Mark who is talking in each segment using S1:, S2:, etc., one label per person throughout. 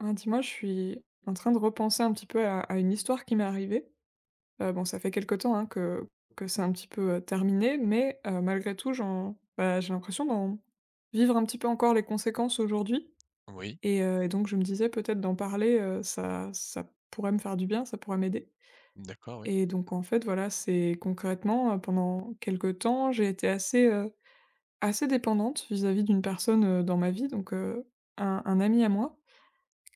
S1: Ah, dis-moi, je suis en train de repenser un petit peu à une histoire qui m'est arrivée. Bon, ça fait quelque temps hein, que c'est un petit peu terminé, mais malgré tout, bah, j'ai l'impression d'en vivre un petit peu encore les conséquences aujourd'hui.
S2: Oui,
S1: Et donc, je me disais peut-être d'en parler, ça pourrait me faire du bien, ça pourrait m'aider.
S2: d'accord, oui.
S1: Et donc, en fait, voilà, c'est concrètement, pendant quelques temps, j'ai été assez dépendante vis-à-vis d'une personne dans ma vie, donc un ami à moi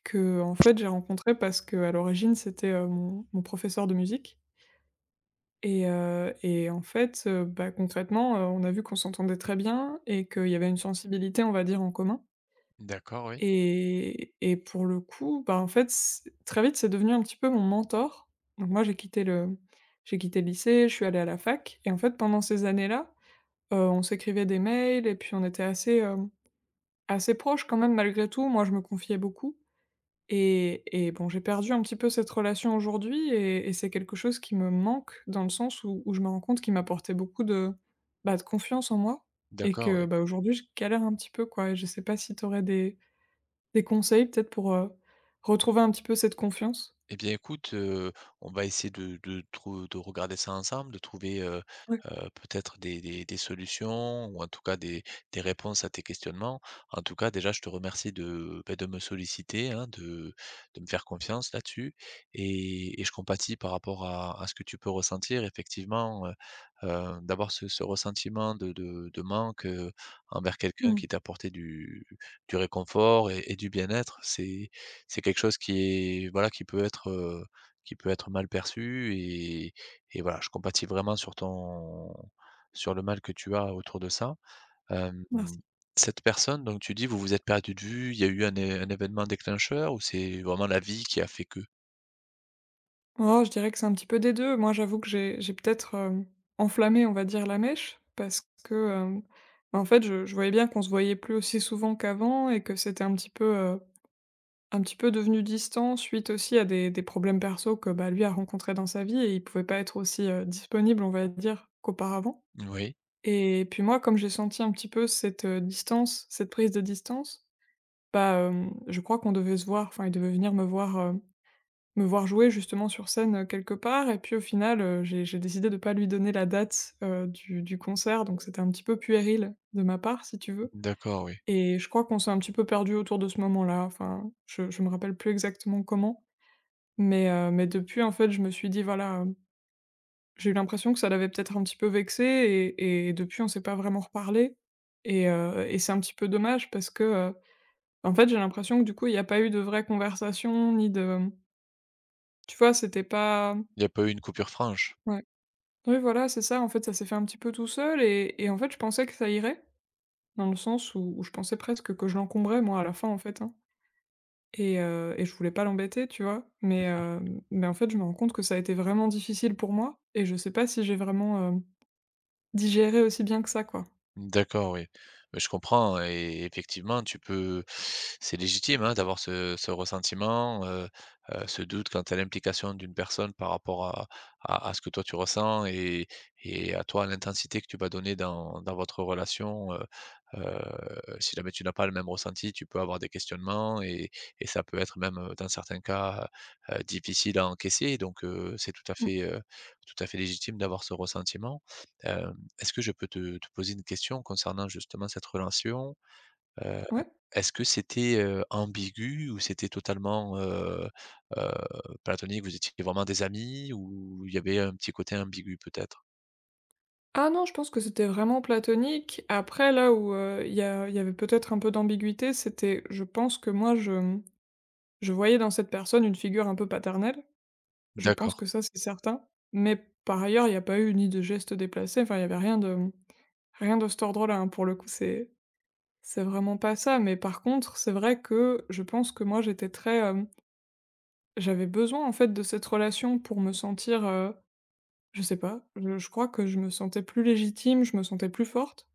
S1: que en fait, j'ai rencontré parce qu'à l'origine, c'était, mon professeur de musique et en fait, bah, concrètement, on a vu qu'on s'entendait très bien et qu'il y avait une sensibilité, on va dire, en commun
S2: D'accord, oui.
S1: et pour le coup, bah, en fait, c très vite, c'est devenu un petit peu mon mentor. Donc moi, j'ai quitté le lycée, je suis allée à la fac et en fait, pendant ces années-là, on s'écrivait des mails et puis on était assez proches quand même malgré tout. Moi, je me confiais beaucoup. Et bon, j'ai perdu un petit peu cette relation aujourd'hui et c'est quelque chose qui me manque dans le sens où je me rends compte qu'il m'apportait beaucoup de confiance en moi et
S2: D'accord,
S1: que,
S2: oui.
S1: bah, aujourd'hui, je galère un petit peu, quoi. Et je sais pas si tu aurais des conseils peut-être pour, retrouver un petit peu cette confiance?
S2: Eh bien, écoute, on va essayer de trou de regarder ça ensemble, de trouver,
S1: Ouais.
S2: peut-être des solutions ou en tout cas des réponses à tes questionnements. En tout cas, déjà, je te remercie de, de me solliciter, hein, de me faire confiance là-dessus et je compatis par rapport à ce que tu peux ressentir. Effectivement, d'avoir ce ressentiment de manque, envers quelqu'un
S1: Mmh.
S2: qui t'a apporté du réconfort et du bien-être, c'est quelque chose qui est voilà, qui peut être mal perçu et voilà, je compatis vraiment sur ton sur le mal que tu as autour de ça. Hem,
S1: Merci.
S2: Cette personne, donc tu dis, vous vous êtes perdu de vue, il y a eu un é un événement déclencheur ou c'est vraiment la vie qui a fait que?
S1: Oh, je dirais que c'est un petit peu des 2. Moi, j'avoue que j'ai peut-être, enflammé, on va dire, la mèche parce que, bah, en fait, je voyais bien qu'on se voyait plus aussi souvent qu'avant et que c'était euh, Un petit peu devenu distant suite aussi à des problèmes perso que, bah, lui a rencontrés dans sa vie et il pouvait pas être aussi, disponible, on va dire, qu'auparavant
S2: Oui,
S1: et puis moi, comme j'ai senti un petit peu cette, distance, cette prise de distance, bah, je crois qu'on devait se voir, enfin, il devait venir me voir jouer justement sur scène, quelque part et puis au final, j'ai décidé de pas lui donner la date, du concert donc c'était un petit peu puéril de ma part, si tu veux.
S2: d'accord, oui.
S1: Et je crois qu'on s'est un petit peu perdu autour de ce moment-là, enfin, je me rappelle plus exactement comment mais mais depuis, en fait, je me suis dit, voilà, j'ai eu l'impression que ça l'avait peut-être un petit peu vexé et depuis, on s'est pas vraiment reparlé et c'est un petit peu dommage parce que, en fait, j'ai l'impression que, du coup, il n'y a pas eu de vraie conversation ni de, mmh, tu vois, c'était pas.
S2: Il n'y a pas eu une coupure franche?
S1: Ouais. Oui, voilà, c'est ça, en fait, ça s'est fait un petit peu tout seul et en fait, je pensais que ça irait, dans le sens où je pensais presque que je l'encombrais, moi, à la fin, en fait, hein. Et je voulais pas l'embêter, tu vois? Mais en fait, je me rends compte que ça a été vraiment difficile pour moi et je sais pas si j'ai vraiment, digéré aussi bien que ça, quoi.
S2: D'accord, oui. Mais je comprends hein, et effectivement, tu peux c'est légitime, hein, d'avoir ce ressentiment, ce doute quant à l'implication d'une personne par rapport à ce que toi tu ressens et à toi, à l'intensité que tu vas donner dans votre relation, heu, si jamais tu n'as pas le même ressenti, tu peux avoir des questionnements et ça peut être même, dans certains cas, difficile à encaisser donc c'est
S1: Mmh.
S2: tout à fait légitime d'avoir ce ressentiment. Hem Est-ce que je peux te poser une question concernant justement cette relation? Heu,
S1: Ouais.
S2: Est-ce que c'était, ambigu ou c'était totalement, heu, platonique? Vous étiez vraiment des amis ou il y avait un petit côté ambigu peut-être?
S1: Ah non, je pense que c'était vraiment platonique. Après là où, il y avait peut-être un peu d'ambiguïté, c'était je pense que moi je voyais dans cette personne une figure un peu paternelle. Je pense
S2: D'accord,
S1: que ça, c'est certain, mais par ailleurs, il n'y a pas eu ni de gestes déplacés, enfin, il y avait rien de cet ordre-là, hein, pour le coup, c'est vraiment pas ça, mais par contre, c'est vrai que je pense que moi, j'avais besoin, en fait, de cette relation pour me sentir, je sais pas, je crois que je me sentais plus légitime, je me sentais plus forte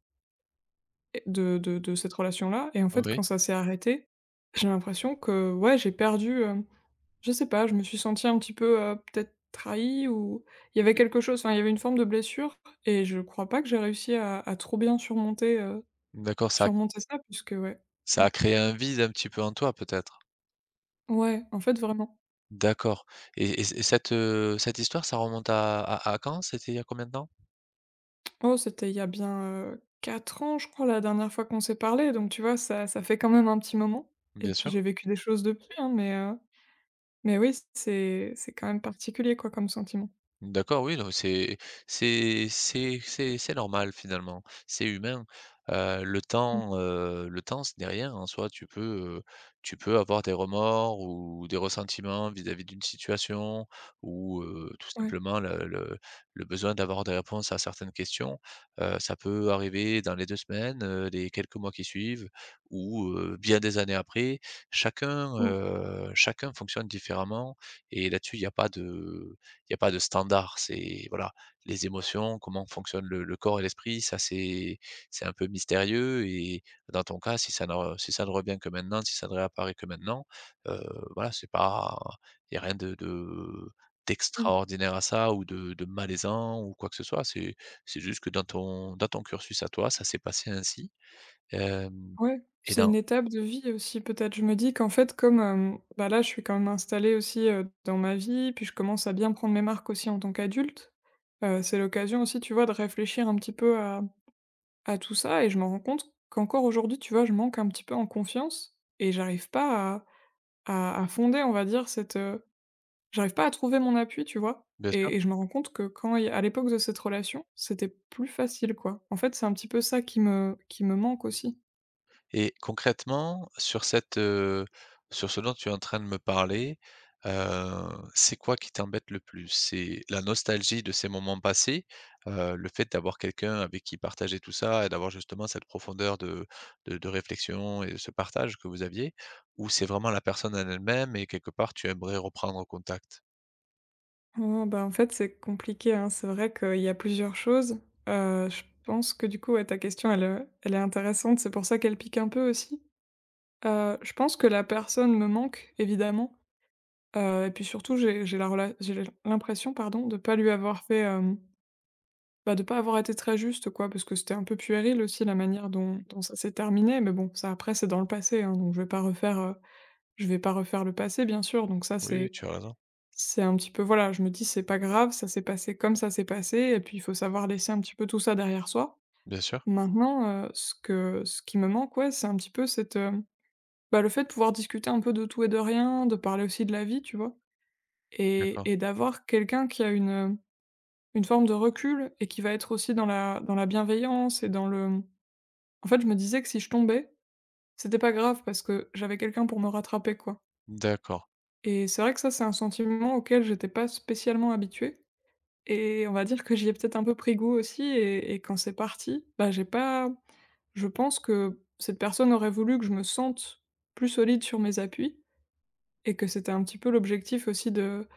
S1: de cette relation-là et en fait,
S2: oui.
S1: quand ça s'est arrêté, j'ai l'impression que, ouais, j'ai perdu, je sais pas, je me suis sentie un petit peu, peut-être trahie ou il y avait quelque chose, enfin, il y avait une forme de blessure et je crois pas que j'ai réussi à trop bien surmonter, heu,
S2: D'accord.
S1: surmonter ça puisque ouais.
S2: Ça
S1: Mmh.
S2: a créé un vide un petit peu en toi peut-être?
S1: Ouais, en fait, vraiment.
S2: D'accord, et cette, cette histoire ça remonte à quand? C'était il y a combien de temps?
S1: Oh, c'était il y a bien, 4 ans, je crois, la dernière fois qu'on s'est parlé donc tu vois, ça fait quand même un petit moment et
S2: Bien
S1: puis
S2: sûr.
S1: j'ai vécu des choses depuis, hein, mais mais oui, c'est quand même particulier, quoi, comme sentiment.
S2: D'accord, oui, non, c'est c'est normal finalement, c'est humain. Le temps, le temps, ce n'est rien en soi. Tu peux avoir des remords ou des ressentiments vis-à-vis d'une situation ou, tout
S1: Ouais.
S2: simplement le le besoin d'avoir des réponses à certaines questions. Ça peut arriver dans les 2 semaines, les quelques mois qui suivent ou, bien des années après. Chacun,
S1: Ou
S2: chacun fonctionne différemment et là-dessus, il n'y a pas de standard. C'est voilà, les émotions, comment fonctionne le corps et l'esprit, ça c'est un peu mystérieux. Et dans ton cas, si ça ne re- si ça ne revient que maintenant, si ça ne réapparaît que maintenant, euh, voilà, c'est pas il y a rien
S1: Mmh.
S2: d'extraordinaire à ça ou de malaisant ou quoi que ce soit. C'est juste que dans ton cursus à toi, ça s'est passé ainsi. Euh,
S1: Ouais,
S2: et
S1: c'est
S2: dans
S1: une étape de vie aussi peut-être. Je me dis qu'en fait comme, bah, là, je suis quand même installée aussi, dans ma vie, puis je commence à bien prendre mes marques aussi en tant qu'adulte. C'est l'occasion aussi, tu vois, de réfléchir un petit peu à tout ça et je me rends compte qu'encore aujourd'hui, tu vois, je manque un petit peu en confiance et j'arrive pas à fonder, on va dire, j'arrive pas à trouver mon appui, tu vois?
S2: Bien sûr.
S1: Et je me rends compte que quand il à l'époque de cette relation, c'était plus facile, quoi. En fait, c'est un petit peu ça qui me manque aussi.
S2: Et concrètement, sur cette, sur ce dont tu es en train de me parler, heu, c'est quoi qui t'embête le plus? C'est la nostalgie de ces moments passés, le fait d'avoir quelqu'un avec qui partager tout ça et d'avoir justement cette profondeur de réflexion et de ce partage que vous aviez? Ou c'est vraiment la personne en elle-même et quelque part tu aimerais reprendre contact?
S1: Oh, bah, en fait, c'est compliqué, hein. C'est vrai qu'il y a plusieurs choses. Je pense que du coup, ouais, ta question, elle est intéressante. C'est pour ça qu'elle pique un peu aussi. Je pense que la personne me manque, évidemment. Et puis surtout, j'ai la rela j'ai l'impression, pardon, de pas lui avoir fait, hem, bah, de pas avoir été très juste, quoi, parce que c'était un peu puéril aussi la manière dont ça s'est terminé. Mais bon, ça après, c'est dans le passé, hein, donc je vais pas refaire, je vais pas refaire le passé, bien sûr. Donc ça,
S2: Oui, oui,
S1: c'est
S2: tu as raison.
S1: c'est un petit peu voilà, je me dis: «C'est pas grave, ça s'est passé comme ça s'est passé» et puis il faut savoir laisser un petit peu tout ça derrière soi.
S2: Bien sûr.
S1: Maintenant, ce qui me manque, ouais, c'est un petit peu cette, bah, le fait de pouvoir discuter un peu de tout et de rien, de parler aussi de la vie, tu vois?
S2: D'accord.
S1: Et d'avoir quelqu'un qui a une forme de recul et qui va être aussi dans la bienveillance et dans le en fait, je me disais que si je tombais, c'était pas grave parce que j'avais quelqu'un pour me rattraper, quoi.
S2: D'accord.
S1: Et c'est vrai que ça, c'est un sentiment auquel j'étais pas spécialement habituée. Et on va dire que j'y ai peut-être un peu pris goût aussi et quand c'est parti, bah, j'ai pas je pense que cette personne aurait voulu que je me sente plus solide sur mes appuis et que c'était un petit peu l'objectif aussi de,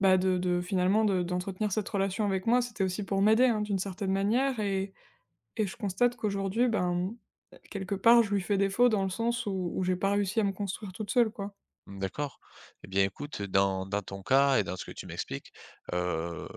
S1: bah, de finalement de d'entretenir cette relation avec moi. C'était aussi pour m'aider, hein, d'une certaine manière et je constate qu'aujourd'hui, ben, quelque part, je lui fais défaut dans le sens où j'ai pas réussi à me construire toute seule, quoi.
S2: Mmh, d'accord. Eh bien, écoute, dans ton cas et dans ce que tu m'expliques, heu,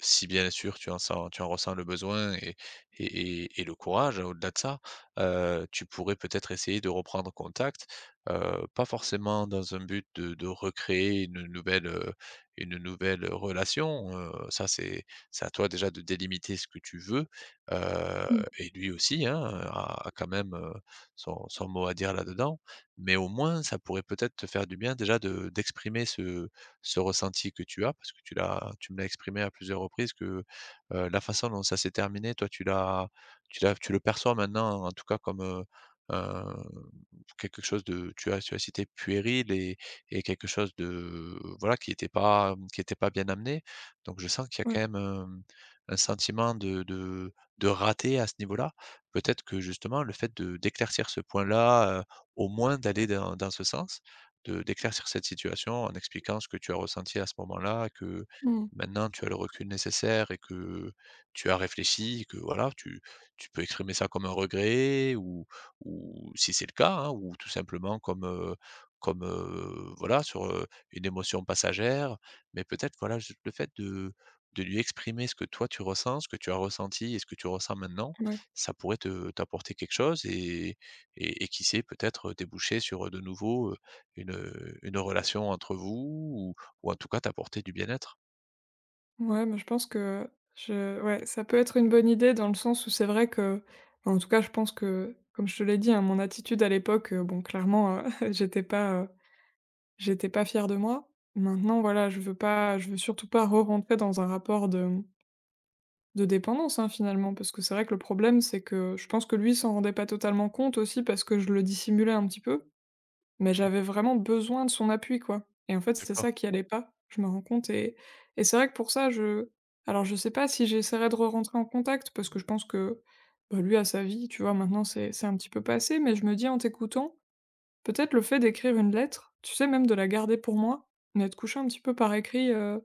S2: si bien sûr tu en ressens le besoin et et le courage, hein, au-delà de ça, tu pourrais peut-être essayer de reprendre contact, pas forcément dans un but de recréer une nouvelle, relation, ça c'est à toi déjà de délimiter ce que tu veux, heu
S1: Mmh.
S2: et lui aussi, hein, a quand même, son mot à dire là-dedans. Mais au moins, ça pourrait peut-être te faire du bien déjà de d'exprimer ce ressenti que tu as, parce que tu me l'as exprimé à plusieurs reprises que, la façon dont ça s'est terminé, toi, tu le perçois maintenant en tout cas comme, un quelque chose de tu as cité puéril et quelque chose de voilà, qui n'était pas, qui était pas bien amené. Donc je sens qu'il y a quand
S1: Ouais.
S2: même, un sentiment de raté à ce niveau-là. Peut-être que justement le fait de d'éclaircir ce point-là, au moins d'aller dans ce sens, de d'éclaircir cette situation en expliquant ce que tu as ressenti à ce moment-là, que
S1: Mmh.
S2: maintenant tu as le recul nécessaire et que tu as réfléchi et que voilà, tu peux exprimer ça comme un regret ou si c'est le cas, hein, ou tout simplement comme, comme, voilà sur, une émotion passagère, mais peut-être voilà juste le fait de lui exprimer ce que toi tu ressens, ce que tu as ressenti et ce que tu ressens maintenant,
S1: Ouais.
S2: ça pourrait te t'apporter quelque chose et qui sait peut-être, déboucher sur, de nouveau, une, une relation entre vous ou en tout cas t'apporter du bien-être.
S1: Ouais, mais je pense que je ouais, ça peut être une bonne idée dans le sens où c'est vrai que enfin, en tout cas, je pense que comme je te l'ai dit, hein, mon attitude à l'époque, bon clairement, j'étais pas, heu, j'étais pas fière de moi. Maintenant, voilà, je veux surtout pas re-rentrer dans un rapport de dépendance, hein, finalement. Parce que c'est vrai que le problème, c'est que je pense que lui s'en rendait pas totalement compte aussi parce que je le dissimulais un petit peu. Mais j'avais vraiment besoin de son appui, quoi. Et en fait, c'était
S2: D'accord.
S1: ça qui allait pas, je me rends compte et c'est vrai que pour ça, je alors je sais pas si j'essaierai de re-rentrer en contact parce que je pense que, bah, lui a sa vie, tu vois? Maintenant c'est un petit peu passé, mais je me dis en t'écoutant, peut-être le fait d'écrire une lettre, tu sais? Même de la garder pour moi, mais de coucher un petit peu par écrit,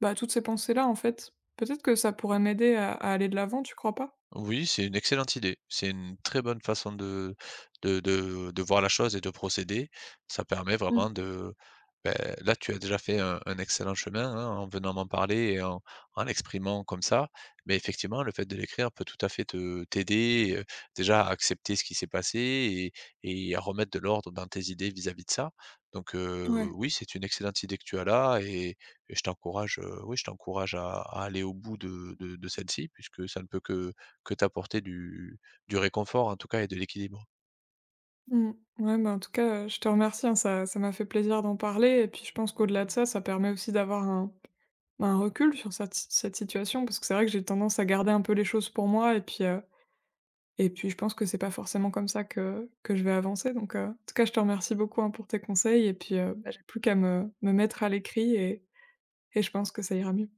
S1: bah, toutes ces pensées-là, en fait. Peut-être que ça pourrait m'aider à aller de l'avant, tu crois pas?
S2: Oui, c'est une excellente idée. C'est une très bonne façon de de voir la chose et de procéder. Ça permet
S1: Mmh.
S2: vraiment de. Beh, là, tu as déjà fait un excellent chemin, hein, en venant m'en parler et en l'exprimant comme ça. Mais effectivement, le fait de l'écrire peut tout à fait te t'aider, déjà à accepter ce qui s'est passé et à remettre de l'ordre dans tes idées vis-à-vis de ça. Donc,
S1: Ouais.
S2: oui, c'est une excellente idée que tu as là et je t'encourage, oui, je t'encourage à aller au bout de celle-ci puisque ça ne peut que t'apporter du réconfort en tout cas et de l'équilibre.
S1: Mmh. Ouais, bah, en tout cas, je te remercie, hein, ça m'a fait plaisir d'en parler et puis je pense qu'au-delà de ça, ça permet aussi d'avoir un recul sur cette si cette situation parce que c'est vrai que j'ai tendance à garder un peu les choses pour moi et puis je pense que c'est pas forcément comme ça que je vais avancer donc, en tout cas je te remercie beaucoup, hein, pour tes conseils et puis, bah, j'ai plus qu'à me mettre à l'écrit et je pense que ça ira mieux.